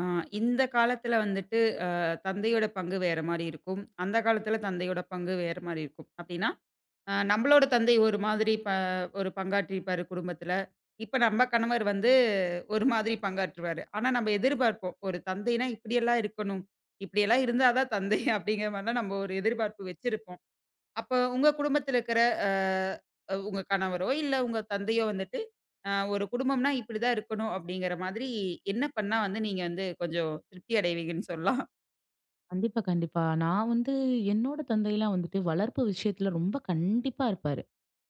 ஆ, இந்த காலத்துல வந்துட்டு தந்தையோட பங்கு வேற மாரி இருக்கும். அந்த காலத்துல தந்தையோட பங்கு வேற மாரி இருக்கும். அப்டின்னா, நம்மளோட தந்தை ஒரு மாதிரி ஒரு பங்காற்றியிருப்பாரு குடும்பத்துல. இப்ப நம்ம கணவர் வந்து ஒரு மாதிரி பங்காற்றுவாரு. ஆனா நம்ம எதிர்பார்ப்போம். ஒரு தந்தைனா இப்படியெல்லாம் இருக்கணும். இப்படியெல்லாம் இருந்தா தான் தந்தை அப்படிங்கிற மாரிலாம் நம்ம ஒரு எதிர்பார்ப்பு வச்சிருப்போம். அப்ப உங்க குடும்பத்தில இருக்கிற அ அ உங்க கணவரோ, இல்ல உங்க தந்தையோ வந்துட்டு, ஒரு குடும்பம்னா இப்படிதான் இருக்கணும் அப்படிங்கிற மாதிரி என்ன பண்ணா வந்து நீங்க வந்து கொஞ்சம் திருப்தி அடைவீங்கன்னு சொல்லலாம்? கண்டிப்பா, கண்டிப்பா. நான் வந்து என்னோட தந்தைலாம் வந்துட்டு வளர்ப்பு விஷயத்துல ரொம்ப கண்டிப்பா இருப்பாரு.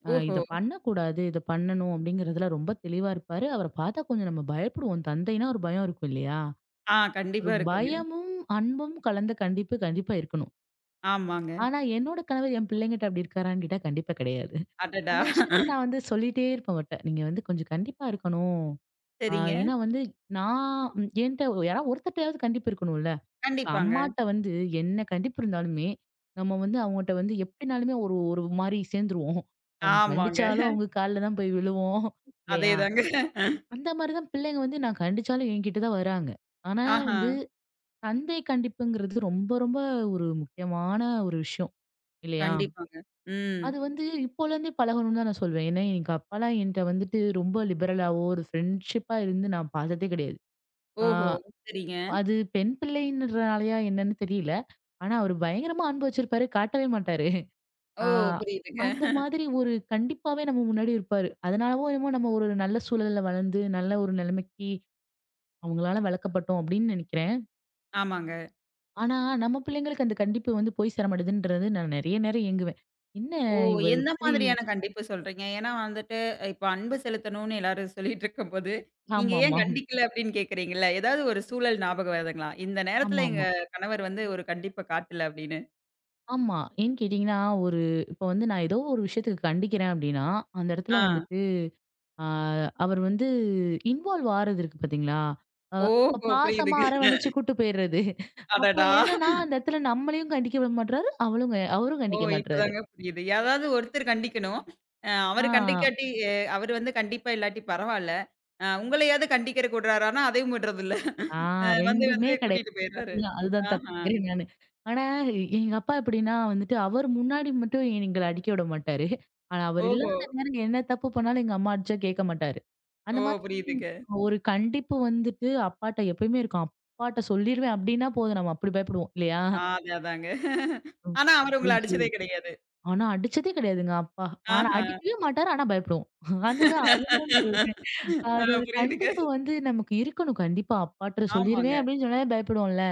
ஓஹோ! இத பண்ணக்கூடாது, இத பண்ணணும் அப்படிங்கிறதுல ரொம்ப தெளிவா இருப்பாரு. அவர பார்த்தா கொஞ்சம் நம்ம பயப்படுவோம். தந்தைனா ஒரு பயம் இருக்கும் இல்லையா? ஆ ஒரு கண்டிப்பா இருக்குங்க. பயமும், அன்பும் கலந்த கண்டிப்பு கண்டிப்பா இருக்கணும். ஆமாங்க. ஆனா என்னோட கணவர் என் பிள்ளைங்கிட்ட அப்படி இருக்காரான்னு கேட்டா கண்டிப்பா கிடையாது. அடடா! அந்த விஷயத்த நான் வந்து சொல்லிட்டே இருப்பேன் அவர்ட்ட. நீங்க வந்து கொஞ்சம் கண்டிப்பா இருக்கணும். அ சரிங்க. ஏன்னா வந்து நான் என்ட்ட யாராவது ஒருத்தர்ட்டயாவது கண்டிப்பு இருக்கணும்ல. இப்ப கண்டிப்பாங்க. அம்மாட்ட வந்து என்ன கண்டிப்பு இருந்தாலுமே, நம்ம வந்து அவங்கட்ட வந்து எப்படினாலுமே ஒரு ஒரு மாரி சேர்ந்துருவோம். அவங்க ஆமாங்க. கண்டிச்சாலும் அவங்க கால்ல தான் போய் விழுவோம். இல்லையா? அதேதாங்க. அந்த மாரி தான் பிள்ளைங்க வந்து நான் கண்டிச்சாலும் என்கிட்ட தான் வராங்க. ஆனா ஆஹா. வந்து தந்தை கண்டிப்புங்கிறது ரொம்ப ரொம்ப ஒரு முக்கியமான ஒரு விஷயம். இல்லையா? கண்டிப்பாங்க. ம். அது வந்து இப்போலேருந்தே பழகணும்னு தான் நான் சொல்வேன். ஏன்னா, எங்க அப்பாலாம் என்ட்ட வந்துட்டு ரொம்ப லிபரலாவோ, ஒரு ஃப்ரெண்ட்ஷிப்பா இருந்து நான் பார்த்ததே கிடையாது. ஆ, ஓஹோ! சரிங்க. அது பெண் பிள்ளைன்றனாலயா என்னன்னு தெரியல. ஆனா அவரு பயங்கரமா அன்பு வச்சிருப்பாரு. காட்டவே மாட்டாரு. ஓ! ஆ, புரியுதுங்க. அந்த மாதிரி ஒரு கண்டிப்பாவே நம்ம முன்னாடி இருப்பாரு. அதனாலவோ என்னமோ நம்ம ஒரு நல்ல சூழல்ல வளர்ந்து, நல்ல ஒரு நிலைமைக்கு அவங்களால வளர்க்கப்பட்டோம் அப்படின்னு நெனைக்கிறேன். ஆமாங்க. ஆனா நம்ம பிள்ளைங்களுக்கு அந்த கண்டிப்பு வந்து போய் சேரமாட்டேதுன்றது நான் நெறைய நேரம் ஏங்குவேன். என்ன ஓ! இவர் எந்த இப்படி மாதிரியான கண்டிப்பு சொல்றீங்க? ஏன்னா வந்துட்டு, இப்ப அன்பு செலுத்தணும்னு எல்லாரும் சொல்லிட்டு இருக்கும்போது, நீங்க ஏன் ஆமாமா. கண்டிக்கல அப்படின்னு கேட்கிறீங்கல்ல? ஏதாவது ஒரு சூழல் ஞாபகம் வருதுங்களா? இந்த நேரத்துல ஆமாமா. ஆமா. எங்க ஆமா, கணவர் வந்து ஒரு கண்டிப்ப காட்டல அப்படின்னு. ஆமா, ஏன்னு கேட்டீங்கன்னா, ஒரு இப்ப வந்து நான் ஏதோ ஒரு விஷயத்துக்கு கண்டிக்கிறேன் அப்படின்னா, அந்த ஆ. இடத்துல வந்துட்டு ஆ, அவர் வந்து இன்வால்வ் ஆறது இருக்கு பார்த்தீங்களா? அ அப்ப ஓஹோ! பாசமா புரியுதுங்க. அரவணைச்சு கூட்டு போயிறது. அப்போ அடடா! என்னன்னா, அந்த இடத்துல நம்மளையும் கண்டிக்க விட மாட்றாரு, அவரும் ஓ! கண்டிக்க மாட்றாரு. இப்பதாங்க புரியுது. யாராவது ஒருத்தர் கண்டிக்கணும். அவரு ஆ, கண்டிக்காட்டி அவரு வந்து கண்டிப்பா இல்லாட்டி பரவால்ல. உங்களையாவது கண்டிக்கிறக்கு விடுறாரான்னா, அதையும் விடுறதில்ல. ஆ, வந்து வந்து 2மே கிடையாது. கூட்டிட்டு போயிடுறாரு. அதுதான் அதுதான் ஆஹா! தப்புங்கிறேன் நானு. ஆனா எங்க அப்பா எப்படின்னா வந்துட்டு அவர் முன்னாடி மட்டும் எங்கள அடிக்க விட மாட்டாரு. ஆனா அவர் ஓஹோ! இல்லாத நேரம் என்ன தப்பு பண்ணாலும் எங்க அம்மா அடிச்சா கேட்க மாட்டாரு. ஓ! அந்த மாதிரி புரியுதுங்க. ஒரு கண்டிப்பு வந்துட்டு அப்பாட்ட எப்பயுமே இருக்கும். அப்பாட்ட சொல்லிருவேன் அப்படின்னா போதும். நம்ம அப்படி பயப்படுவோம் இல்லையா? ஆ அதான் அதாங்க. ம். ஆனா, அவரு உங்கள ஐயோ! அடிச்சதே கிடையாது. ஆனா அடிச்சதே கிடையாதுங்க அப்பா. ஆனா ஆஹா. அடிக்கவே மாட்டாரு. ஆனா பயப்படுவோம். அதுதான் அதுதான் சொல்றேன். ஆ அது ஒரு புரியுதுங்க. கண்டிப்பு வந்து நமக்கு இருக்கணும். கண்டிப்பா அப்பாட்ட சொல்லிருவேன் ஆமாங்க. அப்படின்னு சொன்னாலே பயப்படுவோம்ல.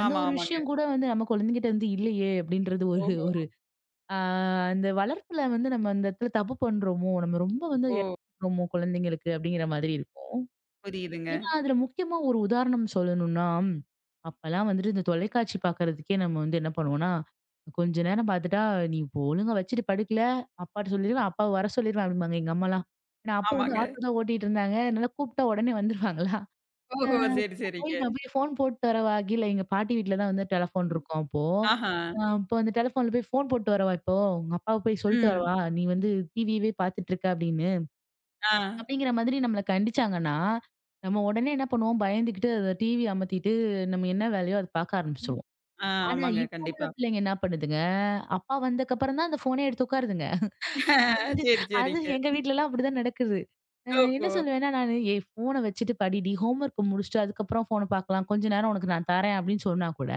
அந்த ஆமா, ஒரு ஆமாங்க. விஷயம் கூட வந்து நம்ம குழந்தைகிட்ட வந்து இல்லையே அப்படின்றது ஒரு ஓஹோ! ஒரு ஆ, அந்த வளர்ப்புல வந்து நம்ம அந்த இடத்துல தப்பு பண்றோமோ! நம்ம ரொம்ப வந்து ஓ! இழக்கிறோமோ குழந்தைங்களுக்கு அப்படிங்கிற மாதிரி இருக்கும். புரியுதுங்க. ஏன்னா, அதுல முக்கியமா ஒரு உதாரணம் சொல்லணும்னா, அப்பலாம் வந்துட்டு இந்த தொலைக்காட்சி பார்க்கறதுக்கே நம்ம வந்து என்ன பண்ணுவோம்னா, கொஞ்ச நேரம் பார்த்துட்டா, "நீ இப்போ ஒழுங்கா வச்சுட்டு படுக்கல, அப்பாட்ட சொல்லிருவேன், அப்பாவ வர சொல்லிருவேன்" அப்படிம்பாங்க எங்க அம்மாலாம். ஏன்னா, அப்போ வந்து ஆமாங்க. ஆட்டோ தான் ஓட்டிட்டு இருந்தாங்க. அதனால கூப்பிட்டா உடனே வந்துருவாங்களா. அ. ஓஹோ! சரி, சரிங்க. நான் போய் ஃபோன் போட்டு வரவா, கீழ எங்க பாட்டி வீட்ல தான் வந்து டெலஃபோன் இருக்கும் அப்போ. ஆஹா. அப்போ அந்த டெலஃபோன்ல போய் "ஃபோன் போட்டு வரவா இப்போ, உங்க அப்பாவ போய் சொல்லிட்டு ம். வரவா, நீ வந்து டிவியவே பார்த்துட்டு இருக்க" அப்படின்னு. ஆ. அப்படிங்கிற மாதிரி நம்மள கண்டிச்சாங்கன்னா, நம்ம உடனே என்ன பண்ணுவோம், பயந்துகிட்டு அத டிவி அமத்திட்டு, நம்ம என்ன வேலையோ அத பார்க்க ம். ஆரம்பிச்சுருவோம். ஆ ஆனா, ஆமாங்க. இப்போ உள்ள கண்டிப்பா. பிள்ளைங்க என்ன பண்ணுதுங்க, அப்பா வந்ததுக்கப்புறம் தான் அந்த ஃபோனே எடுத்து உட்காருதுங்க. ஆ அது சரி, அது சரிங்க. எங்க வீட்லலாம் அப்படிதான் நடக்குது. அ என்ன ஓஹோ! சொல்லுவேன்னா, நானு "ஏய் ஃபோன வச்சுட்டு படிடி, ஹோம் ஒர்க்க முடிச்சுட்டு அதுக்கப்புறம் ஃபோன பார்க்கலாம். கொஞ்ச நேரம் உனக்கு நான் தரேன்" அப்படின்னு சொன்னா கூட,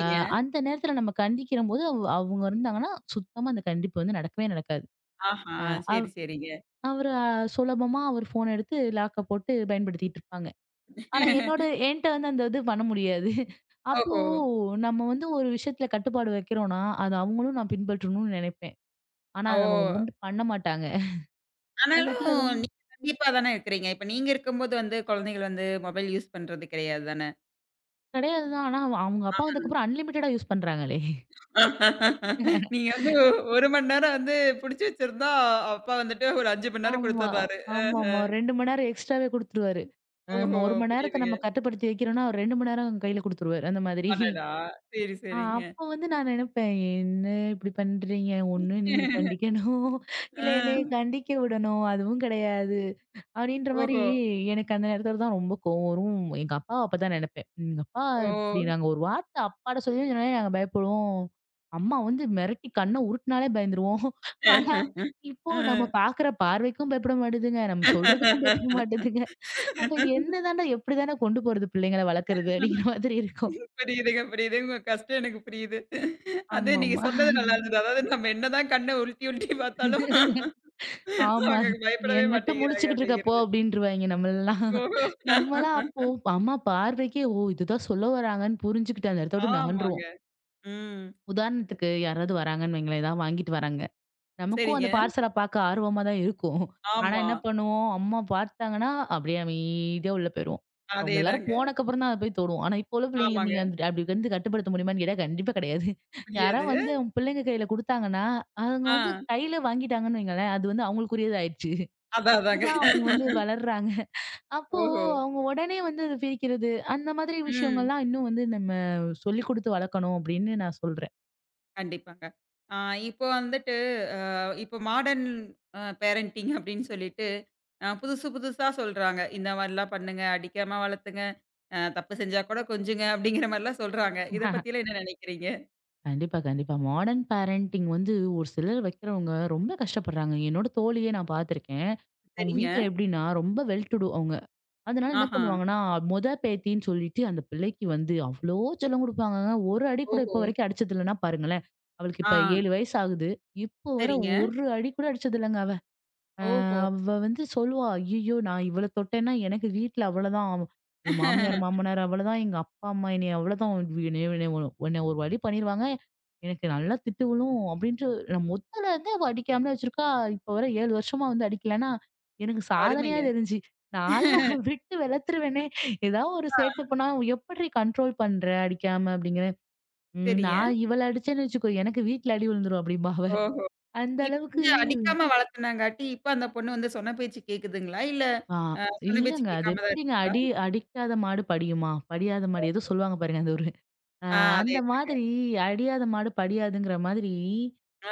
அ அந்த நேரத்துல நம்ம கண்டிக்கிறம்போது, அவங்க இருந்தாங்கன்னா, சுத்தமா அந்த கண்டிப்பு வந்து நடக்கவே நடக்காது. ஆஹா. அ அவ் சரி, சரிங்க. அவரு சுலபமா அவரு ஃபோன எடுத்து லாக்க போட்டு பயன்படுத்திட்டு இருப்பாங்க. ஆனா என்ட்ட வந்து அந்த இது பண்ண முடியாது. அப்போ ஓஹோ! நம்ம வந்து ஒரு விஷயத்துல கட்டுப்பாடு வைக்கிறோம்னா, அது அவங்களும் நான் பின்பற்றணும்னு நினைப்பேன். ஆனா ஓ! அத அவங்க வந்து பண்ண மாட்டாங்க. அந்த இடத்துல ஆனாலும் ரொம்ப நீங்க கண்டிப்பா தானே இருக்கிறீங்க. இப்ப நீங்க இருக்கும்போது வந்து குழந்தைகள் வந்து மொபைல் யூஸ் பண்றது கிடையாது தானே! கிடையாது தான். ஆனா அவங்க அவங்க அப்பா வந்ததுக்கப்புறம் அன்லிமிட்டடா யூஸ் பண்றாங்களே. நீங்க வந்து 1 மணி நேரம் வந்து புடிச்சு வச்சிருந்தா, அப்பா வந்துட்டு ஒரு 5 மணி நேரம் ஆமா, குடுத்துர்றாரு. ஆமாமா. 2 மணி நேரம் எக்ஸ்ட்ராவே குடுத்துருவாரு. அ ஓஹோ! 1 மணி நேரத்த புரியுதுங்க. நம்ம கட்டுப்படுத்தி வைக்கிறோம்னா, அவர் 2 மணி நேரம் கையில குடுத்துருவாரு. அந்த மாதிரி. அடடா! சரி, ஆ, சரிங்க. அப்ப வந்து நான் நினைப்பேன், "என்ன இப்படி பண்றீங்க? ஒண்ணு நீங்க கண்டிக்கணும், ஆ. இல்ல என்னைய கண்டிக்க விடணும், அதுவும் கிடையாது." அப்படின்ற மாரி ஓஹோ! எனக்கு அந்த நேரத்துல தான் ரொம்ப கோவம் வரும். எங்க அப்பாவ அப்பதான் நினைப்பேன். எங்க அப்பா ஓ! இப்படி நாங்க ஒரு வார்த்தை அப்பாட்ட சொன்னாலே நாங்க பயப்படுவோம். அம்மா வந்து மிரட்டி கண்ண உருட்டுனாலே பயந்துருவோம். ஆனா, இப்போ ஆ. நம்ம பாக்குற பார்வைக்கும் பயப்பட மாட்டேதுங்க, நம்ம சொல்றதுக்கும் பயப்பட மாட்டேதுங்க. அப்ப என்ன தாண்டா எப்படி தாண்டா கொண்டு போறது பிள்ளைங்கள வளர்க்கறது அப்படிங்கிற மாதிரி இருக்கும். புரியுதுங்க, புரியுது. உங்க கஷ்டம் எனக்கு புரியுது. அது நீங்க ஆமாமா. சொன்னது நல்லா இருந்தது. அதாவது நம்ம என்னதான் கண்ண உருட்டி உருட்டி பார்த்தாலும், ஆமா. அவங்க பயப்படவே "என்னத்த மாட்டேங்கிறாங்க முழிச்சுக்கிட்டு இருக்க போ" அப்படிங்கிறது. அப்படின்ருவாய்ங்க நம்மளலாம். ஓஹோ! நம்மலாம் அப்போ அம்மா பார்வைக்கே, "ஓ! இதுதான் சொல்ல வராங்கன்னு" புரிஞ்சுக்கிட்டு அந்த இடத்த விட்டு ஆமாங்க. நகன்றுவோம். ம். உதாரணத்துக்கு யாராவது வராங்கன்னு வைங்களேன், ஏதாவது வாங்கிட்டு வராங்க. நமக்கும் சரிங்க. அந்த பார்சல பாக்க ஆர்வமா தான் இருக்கும். ஆனா ஆமா. என்ன பண்ணுவோம், அம்மா பார்த்தாங்கன்னா, அப்படியே அமைதியா உள்ள போயிருவோம். அவங்க எல்லாரும் அதேதாங்க. போனக்கப்புறம் தான் அத போய் தொடுவோம். ஆனா இப்போ உள்ள பிள்ளைங்கள ஆமாங்க. நீங்க வந்து அப்படி வந்து கட்டுப்படுத்த முடியுமான்னு கேட்டா கண்டிப்பா கிடையாது. யாரா முடியாது. வந்து அவங்க பிள்ளைங்க கையில குடுத்தாங்கன்னா, அவங்க வந்து ஆ. கையில வாங்கிட்டாங்கன்னு வைங்களேன், அது வந்து அவங்களுக்குரியது ஆயிடுச்சு. அதான் அதாங்க. அப்படிதான் அவங்க வந்து வளர்றாங்க. அப்போ ஓஹோ! அவங்க உடனே வந்து அத பிரிக்கிறது, அந்த மாதிரி ம். விஷயங்கள்லாம் இன்னும் வந்து நம்ம சொல்லிக் குடுத்து வளர்க்கணும் அப்படின்னு நான் சொல்றேன். கண்டிப்பாங்க. ஆ இப்போ வந்துட்டு, அ இப்போ மாடர்ன் பேரண்டிங் அப்படின்னு சொல்லிட்டு, புதுசு புதுசா சொல்றாங்க. இந்த மாரிலாம் பண்ணுங்க, அடிக்காம வளர்த்துங்க, தப்பு செஞ்சா கூட கொஞ்சுங்க அப்படிங்கிற மாரிலாம் சொல்றாங்க. இத பத்திலாம் என்ன நினைக்கிறீங்க? கண்டிப்பா, கண்டிப்பா. மாடர்ன் பேரண்டிங் வந்து ஒரு சிலர் வைக்கிறவங்க ரொம்ப கஷ்டப்படுறாங்க. என்னோட தோழியே நான் பார்த்துருக்கேன். அவங்க சரிங்க. வீட்ல எப்படின்னா ரொம்ப வெல் டு டூ அவங்க. அதனால என்ன ஆஹா. பண்ணுவாங்கன்னா, மொத பேத்தின்னு சொல்லிட்டு அந்த பிள்ளைக்கு வந்து அவ்ளோ செல்லம் குடுப்பாங்கங்க. ஒரு அடி கூட ஓஹோ! இப்போ வரைக்கும் அடிச்சது இல்லன்னா பாருங்களேன். அவளுக்கு ஆ. இப்ப 7 வயசு ஆகுது. இப்போ வர சரிங்க. ஒரு அடி கூட அடிச்சது இல்லங்க அவ. அ ஓஹோ! அவ வந்து சொல்லுவா, "ஐயய்யோ! நான் இவள தொட்டேன்னா எனக்கு வீட்ல அவ்வளதான். என் மாமியார், மாமனார் அவ்வளதான். எங்க அப்பா, அம்மா என்னைய அவ்வளதான். என்னைய என்னைய உன்னை ஒரு வழி பண்ணிருவாங்க. எனக்கு நல்லா திட்டு விழும்." அப்படின்ட்டு நான் மொதல்ல இருந்தே அவ அடிக்காமலே வச்சிருக்கா. இப்ப வர 7 வருஷமா வந்து அடிக்கலன்னா, எனக்கு சாதனையா அருமைங்க. தெரிஞ்சு. நான்லாம் விட்டு வெளத்துருவேனே. ஏதாவது ஒரு ஆ. சேட்டை பண்ணா, "எப்புட்றீ கண்ட்ரோல் பண்ற அடிக்காம?" அப்படிங்கிறேன். "ம் சரிங்க. நான் இவள அடிச்சேன்னு வச்சுக்கோ, எனக்கு வீட்ல அடி விழுந்துரும்" அப்படிம்பா அவ. ஓஹோ! அந்த இப்ப அளவுக்கு. வந்து அடிக்காம வளர்த்துனாங்காட்டி, இப்ப அந்த பொண்ணு வந்து சொன்ன பேச்சு கேக்குதுங்களா? இல்ல ஆ, அ சொன்ன பேச்சு இல்லங்க. அது கேட்காம தான் எப்படிங்க இருக்குங்களா? அடி அடிக்காத மாடு படியுமா? படியாத மாடு ஏதோ சொல்லுவாங்க பாருங்க. அந்த ஒரு. அ ஆ அந்த அதேதாங்க. மாதிரி அடியாத மாடு படியாதுங்கிற மாதிரி,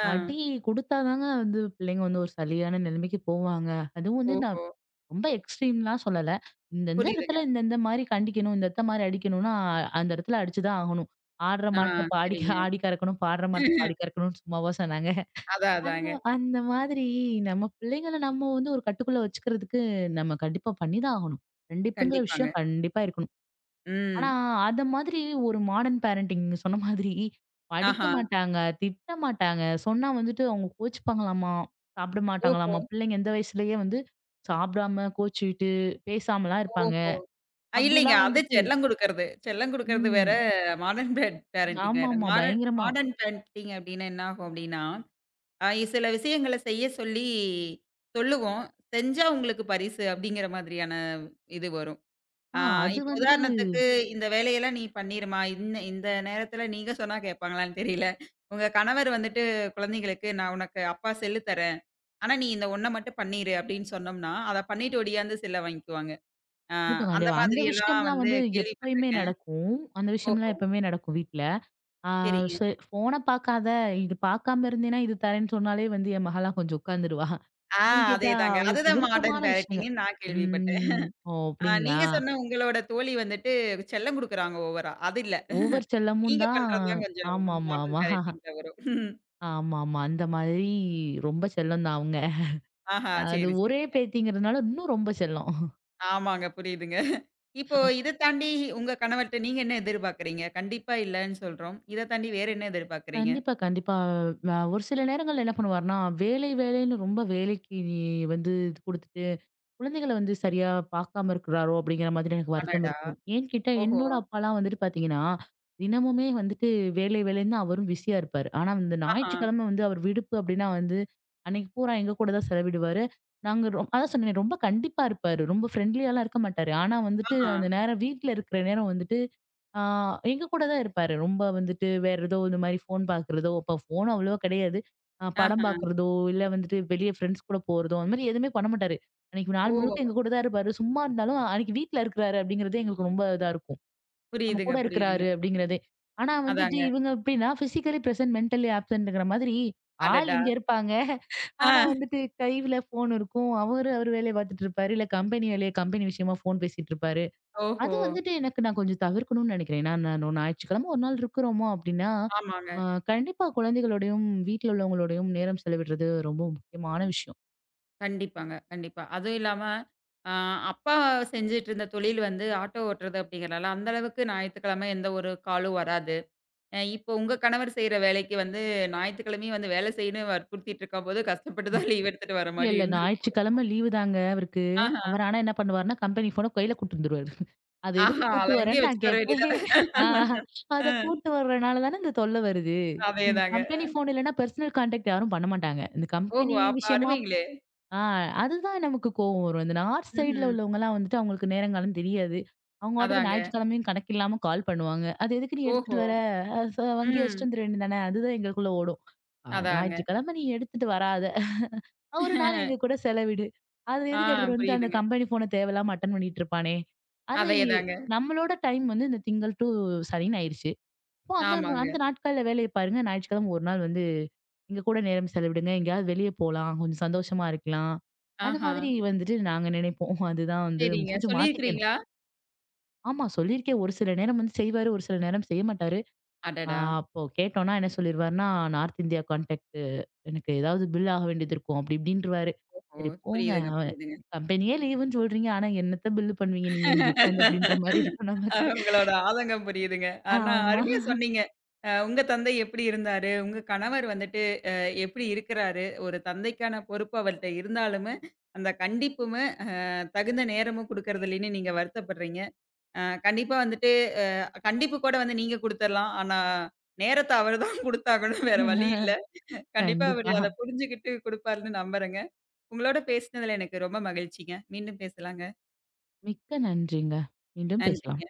ஆ. அடி குடுத்தாதாங்க வந்து பிள்ளைங்க வந்து ஒரு சரியான நிலைமைக்கு போவாங்க. அதுவும் வந்து நான் ஓஹோ! ரொம்ப எக்ஸ்ட்ரீம்லாம் சொல்லல. இந்த இந்த புரியுதுங்க. இடத்துல இந்த இந்த மாரி கண்டிக்கணும், இந்த இந்த மாரி அடிக்கணும்னா, அந்த இடத்துல அடிச்சு தான் ஆகணும். ஆடுற ஆ மாட்ட பாடி சரிங்க. ஆடி கறக்கணும், பாடுற மாட்ட பாடி கறக்கணும்னு சும்மாவா சொன்னாங்க? அதான் அந்த அதாங்க. அந்த மாதிரி நம்ம பிள்ளைங்கள நம்ம வந்து ஒரு கட்டுக்குள்ள வச்சுக்கிறதுக்கு நம்ம கண்டிப்பா பண்ணிதான் ஆகணும். கண்டிப்புங்கிற விஷயம் கண்டிப்பாங்க. கண்டிப்பா இருக்கணும். ஆனா ம். அத மாதிரி ஒரு மாடர்ன் பேரண்டிங் நீங்க சொன்ன மாதிரி படிக்க ஆஹா. மாட்டாங்க, திட்ட மாட்டாங்க, சொன்னா வந்துட்டு அவங்க கோச்சுப்பாங்களாமா, சாப்பிட ஓஹோ! மாட்டாங்களாமா, பிள்ளைங்க இந்த வயசுலயே வந்து சாப்பிடாம கோச்சுக்கிட்டு பேசாமலாம் இருப்பாங்க. ஓஹோ! இல்லைங்க. அப்படிலாம் அது வந்துட்டு. செல்லம் குடுக்கறது. செல்லம் குடுக்கறது வேற, ம். மாடர்ன் பேரண்டிங் வேற. ஆமாமா மாடர்ன் பயங்கரமா. மாடர்ன் பேரண்டிங் அப்டின்னா என்ன ஆகும் அப்டின்னா, அ சில விஷயங்கள செய்ய சொல்லி சொல்லுவோம். செஞ்சா உங்களுக்கு பரிசு அப்டிங்கிற மாதிரியான இது வரும். ஆ ஆ, அது இப்ப வந்து உதாரணத்துக்கு, இந்த வேலையெல்லாம் நீ பண்ணிரும்மா, இந்த இந்த நேரத்தில நீங்க சொன்னா கேட்பாங்களான்னு தெரியல. உங்க கணவர் வந்துட்டு குழந்தைங்களுக்கு, "நான் உனக்கு அப்பா செல்லு தரேன். ஆனா நீ இந்த ஒண்ண மட்டும் பண்ணிரு" அப்படின்னு சொன்னோம்னா, அத பண்ணிட்டு ஒடியாந்து செல்ல வாங்கிக்குவாங்க. ஆ கண்டிப்பா, அந்த கண்டிப்பா. அந்த மாதிரியெல்லாம் விஷயம்லாம் வந்து வந்து எப்பயுமே கேள்விப்பட்டுருக்கேன். நடக்கும். அந்த விஷயம்லாம் ஓஹோ! எப்பவுமே நடக்கும் வீட்ல. ஆ, சரிங்க. சரி ஃபோன பாக்காத, இது பாக்காம இருந்தேன்னா, இது தரேன்னு சொன்னாலே வந்து என் மகள்லாம் கொஞ்சம் உட்காந்துருவா. ஆ ஏன்னு கேட்டா, அதேதாங்க. அவளுக்கு அதுதான் மாடர்ன் விருப்பமான பேரண்டிங்ன்னு விஷயங்கள். நான் கேள்விப்பட்டேன். ம். ஓ! ஆ அப்டிங்களா? நீங்க சொன்ன உங்களோட தோழி வந்துட்டு செல்லம் குடுக்குறாங்க ஓவரா. அது இல்ல. ஓவர் செல்லமும் நீங்க தான். பண்றது தான் கொஞ்சம் ஆமாமா, மாடர்ன் ஆமா. பேரண்டிங்ல வரும். ஆமாமா. அந்த மாதிரி ரொம்ப செல்லம் தான் அவங்க. ஆஹா! அது சரி, ஒரே சரி. பேத்திங்கிறதுனால இன்னும் ரொம்ப செல்லம். ஆமாங்க. புரியுதுங்க. இப்போ இத தாண்டி உங்க கணவர்ட்ட நீங்க என்ன எதிர்பார்க்கிறீங்க? கண்டிப்பா இல்லன்னு சொல்றோம். இத தாண்டி வேற என்ன எதிர்பார்க்கிறீங்க? கண்டிப்பா, கண்டிப்பா. ஒரு சில நேரங்கள்ல என்ன பண்ணுவாருன்னா, வேலை வேலைன்னு ரொம்ப வேலைக்கு நீ வந்து இது குடுத்துட்டு, குழந்தைகள வந்து சரியா பார்க்காம இருக்கிறாரோ! அப்படிங்கிற மாதிரி எனக்கு வருத்தம் அடடா! இருக்கும். ஏன்னு கேட்டா, ஓஹோ! என்னோட அப்பாலாம் வந்துட்டு பார்த்தீங்கன்னா, தினமுமே வந்துட்டு வேலை வேலைன்னு அவரும் பிஸியா இருப்பாரு. ஆனா, இந்த ஆஹா! ஞாயிற்றுக்கிழமை வந்து அவர் விடுப்பு அப்படின்னா வந்து, அன்னைக்கு பூரா எங்க கூட தான் செலவிடுவாரு. நாங்க அதான் சொன்னேனே ரொம்ப கண்டிப்பா இருப்பாரு. ரொம்ப ஃப்ரெண்ட்லியாலாம் இருக்க மாட்டாரு. ஆனா வந்துட்டு, ஆஹா! அந்த நேரம் வீட்ல இருக்கிற நேரம் வந்துட்டு ஆ, எங்க கூட தான் இருப்பாரு. ரொம்ப வந்துட்டு வேற ஏதோ இந்த மாரி ஃபோன் பார்க்குறதோ, அப்ப ஃபோன் அவ்வளவா கிடையாது. ஆஹா! படம் பார்க்குறதோ, இல்ல வந்துட்டு வெளிய ஃப்ரெண்ட்ஸ் கூட போறதோ, அந்த மாரி எதுவுமே பண்ண மாட்டாரு. அன்னைக்கு நாள் முழுக்க ஓ! எங்க கூட தான் இருப்பாரு. சும்மா இருந்தாலும் அன்னைக்கு வீட்ல இருக்கிறாரு அப்படிங்கிறதே எங்களுக்கு ரொம்ப இதா இருக்கும். நம்ம புரியுதுங்க, கூட புரியுதுங்க. இருக்கிறாரு அப்படிங்கிறதே. ஆனா வந்துட்டு அதாங்க. இவங்க எப்படின்னா பிசிக்கலி பிரசன்ட், மென்டலி ஆப்சென்ட்ங்கிற மாதிரி ஆள் அடடா! இங்க இருப்பாங்க. ஆனா ஆ. வந்துட்டு கையில ஃபோன் இருக்கும். அவரு வேலைய பார்த்துட்டு இருப்பாரு. இல்ல கம்பெனி விஷயமா ஃபோன் பேசிட்டு இருப்பாரு. ஓஹோ! அது வந்துட்டு எனக்கு நான் கொஞ்சம் தவிர்க்கணும்னு நினைக்கிறேன். ஏன்னா, நான் ஞாயிற்றுக்கிழமை ஒரு நாள் இருக்கிறோமோ அப்படின்னா, ஆமாங்க. அ கண்டிப்பா குழந்தைகளோடையும், வீட்ல உள்ளவங்களோடையும் நேரம் செலவிடுறது ரொம்ப முக்கியமான விஷயம். கண்டிப்பாங்க, கண்டிப்பா. அதுவும் இல்லாம அ அப்பா செஞ்சுட்டு இருந்த தொழில் வந்து ஆட்டோ ஓட்டுறது அப்படிங்கிறனால, அந்த அளவுக்கு ஞாயித்துக்கிழமை எந்த ஒரு காலும் வராது. இப்போ உங்க கணவர் செய்ற வேலைக்கு வந்து ஞாயித்துக்கிழமையும் வந்து வேலை செய்யணும்னு வற்புறுத்திட்டு இருக்கும்போது, கஷ்டப்பட்டு தான் லீவ் எடுத்துட்டு வர இல்ல, மாரி இல்ல, இருந்திருக்கும். ஞாயிற்றுக்கிழமை லீவு தாங்க அவருக்கு. ஆஹா, அவர் ஆனா என்ன பண்ணுவாருன்னா, கம்பெனி ஃபோன கையில கூட்டு வந்துருவாரு. அது எதுக்கு ஆஹா அத கூட்டு அங்கேயே வரேன்னு நான் வச்சுட்டு வர வேண்டியது கேட்பேன். தானே. ஆ, அத அ கூட்டு வர்றனால தானே இந்த தொல்ல வருது. அதேதாங்க. கம்பெனி ஃபோன் இல்லன்னா, பெர்சனல் கான்டாக்ட் யாரும் பண்ண மாட்டாங்க. இந்த ஓஹோ! கம்பெனி அப்ப விஷயமா அருமைங்களே! ஆ, அதுதான் நமக்கு கோவம் வரும். இந்த நார்த் சைட்ல ம்ஹ்ம். உள்ளவங்கலாம் வந்துட்டு அவங்களுக்கு நேரங்காலம் தெரியாது. அவங்க பாட்டுக்கு அதாங்க. ஞாயிற்றுக்கிழமையும் கணக்கில்லாம கால் பண்ணுவாங்க. அது எதுக்கு நீ எடுத்துட்டு ஓஹோ! வர? அ ச வங்கி ம். வச்சுட்டு வந்துர வேண்டியது தானே! அதுதான் எங்களுக்குள்ள ஓடும். ஆமா. அதாங்க. ஞாயிற்றுக்கிழமை நீ எடுத்துட்டு வராத! ஒரு நாள் எங்க கூட செலவிடு. அது ஆ எதுக்கு எடுத்துட்டு வந்து அந்த புரியுதுங்க. கம்பெனி ஃபோன தேவையில்லாம அட்டெண்ட் பண்ணிட்டு இருப்பானே! அது அதேதாங்க. நம்மளோட டைம் வந்து இந்த திங்கள் டூ சனின்னு ஆயிருச்சு. அப்போ அந்த ஆமாங்க. அந்த நாட்கள்ல வேலைய பாருங்க. ஞாயிற்றுக்கிழமை ஒரு நாள் வந்து எங்க கூட நேரம் செலவிடுங்க. எங்கேயாவது வெளிய போலாம். கொஞ்சம் சந்தோஷமா இருக்கலாம். அந்த ஆஹா. மாதிரி வந்துட்டு நாங்க நினைப்போம். அதுதான் வந்து சரிங்க. கொஞ்சம் மாத்திக்கணும். சொல்லியிருக்கிறீங்களா? ஆமா சொல்லியிருக்கேன். ஒரு சில நேரம் வந்து செய்வாரு. ஒரு சில நேரம் செய்ய மாட்டாரு. ஆ, அடடா! அப்போ கேட்டோம்னா என்ன சொல்லிருவாருன்னா, நார்த் இந்தியா கான்டாக்ட் எனக்கு ஏதாவது பில் ஆக வேண்டியது இருக்கும். அப்படி இப்படின்ருவாரு. ஓஹோ! சரி போங்க. புரியுதுங்க, அவன் புரியுதுங்க. கம்பெனியே லீவுன்னு சொல்றீங்க. ஆனா என்னத்த பில் பண்ணுவீங்க நீங்க இங்க உட்காந்து அப்படின்ற மாரி இருக்கும் நமக்கு. உங்களோட ஆதங்கம் புரியுதுங்க. ஆனா ஆமா. அருமையா சொன்னீங்க. உங்க தந்தை எப்படி இருந்தாரு? உங்க கணவர் வந்துட்டு எப்படி இருக்கிறாரு? ஒரு தந்தைக்கான பொறுப்பு அவர்ட்ட இருந்தாலுமே, அந்த கண்டிப்புமே தகுந்த நேரமும் குடுக்கறது இல்லைன்னு நீங்க வருத்தப்படுறீங்க. கண்டிப்பா வந்துட்டு கண்டிப்பு கூட வந்து நீங்க குடுத்துரலாம். ஆனா நேரத்த அவரு தான் குடுத்தாகணும். வேற வழி இல்ல. கண்டிப்பா அவரு கண்டிப்பா. அத புரிஞ்சுகிட்டு குடுப்பாருன்னு நம்புறேங்க. உங்களோட பேசினதுல எனக்கு ரொம்ப மகிழ்ச்சிங்க. மீண்டும் பேசலாங்க. மிக்க நன்றிங்க. மீண்டும் பேசலாம். நன்றிங்க.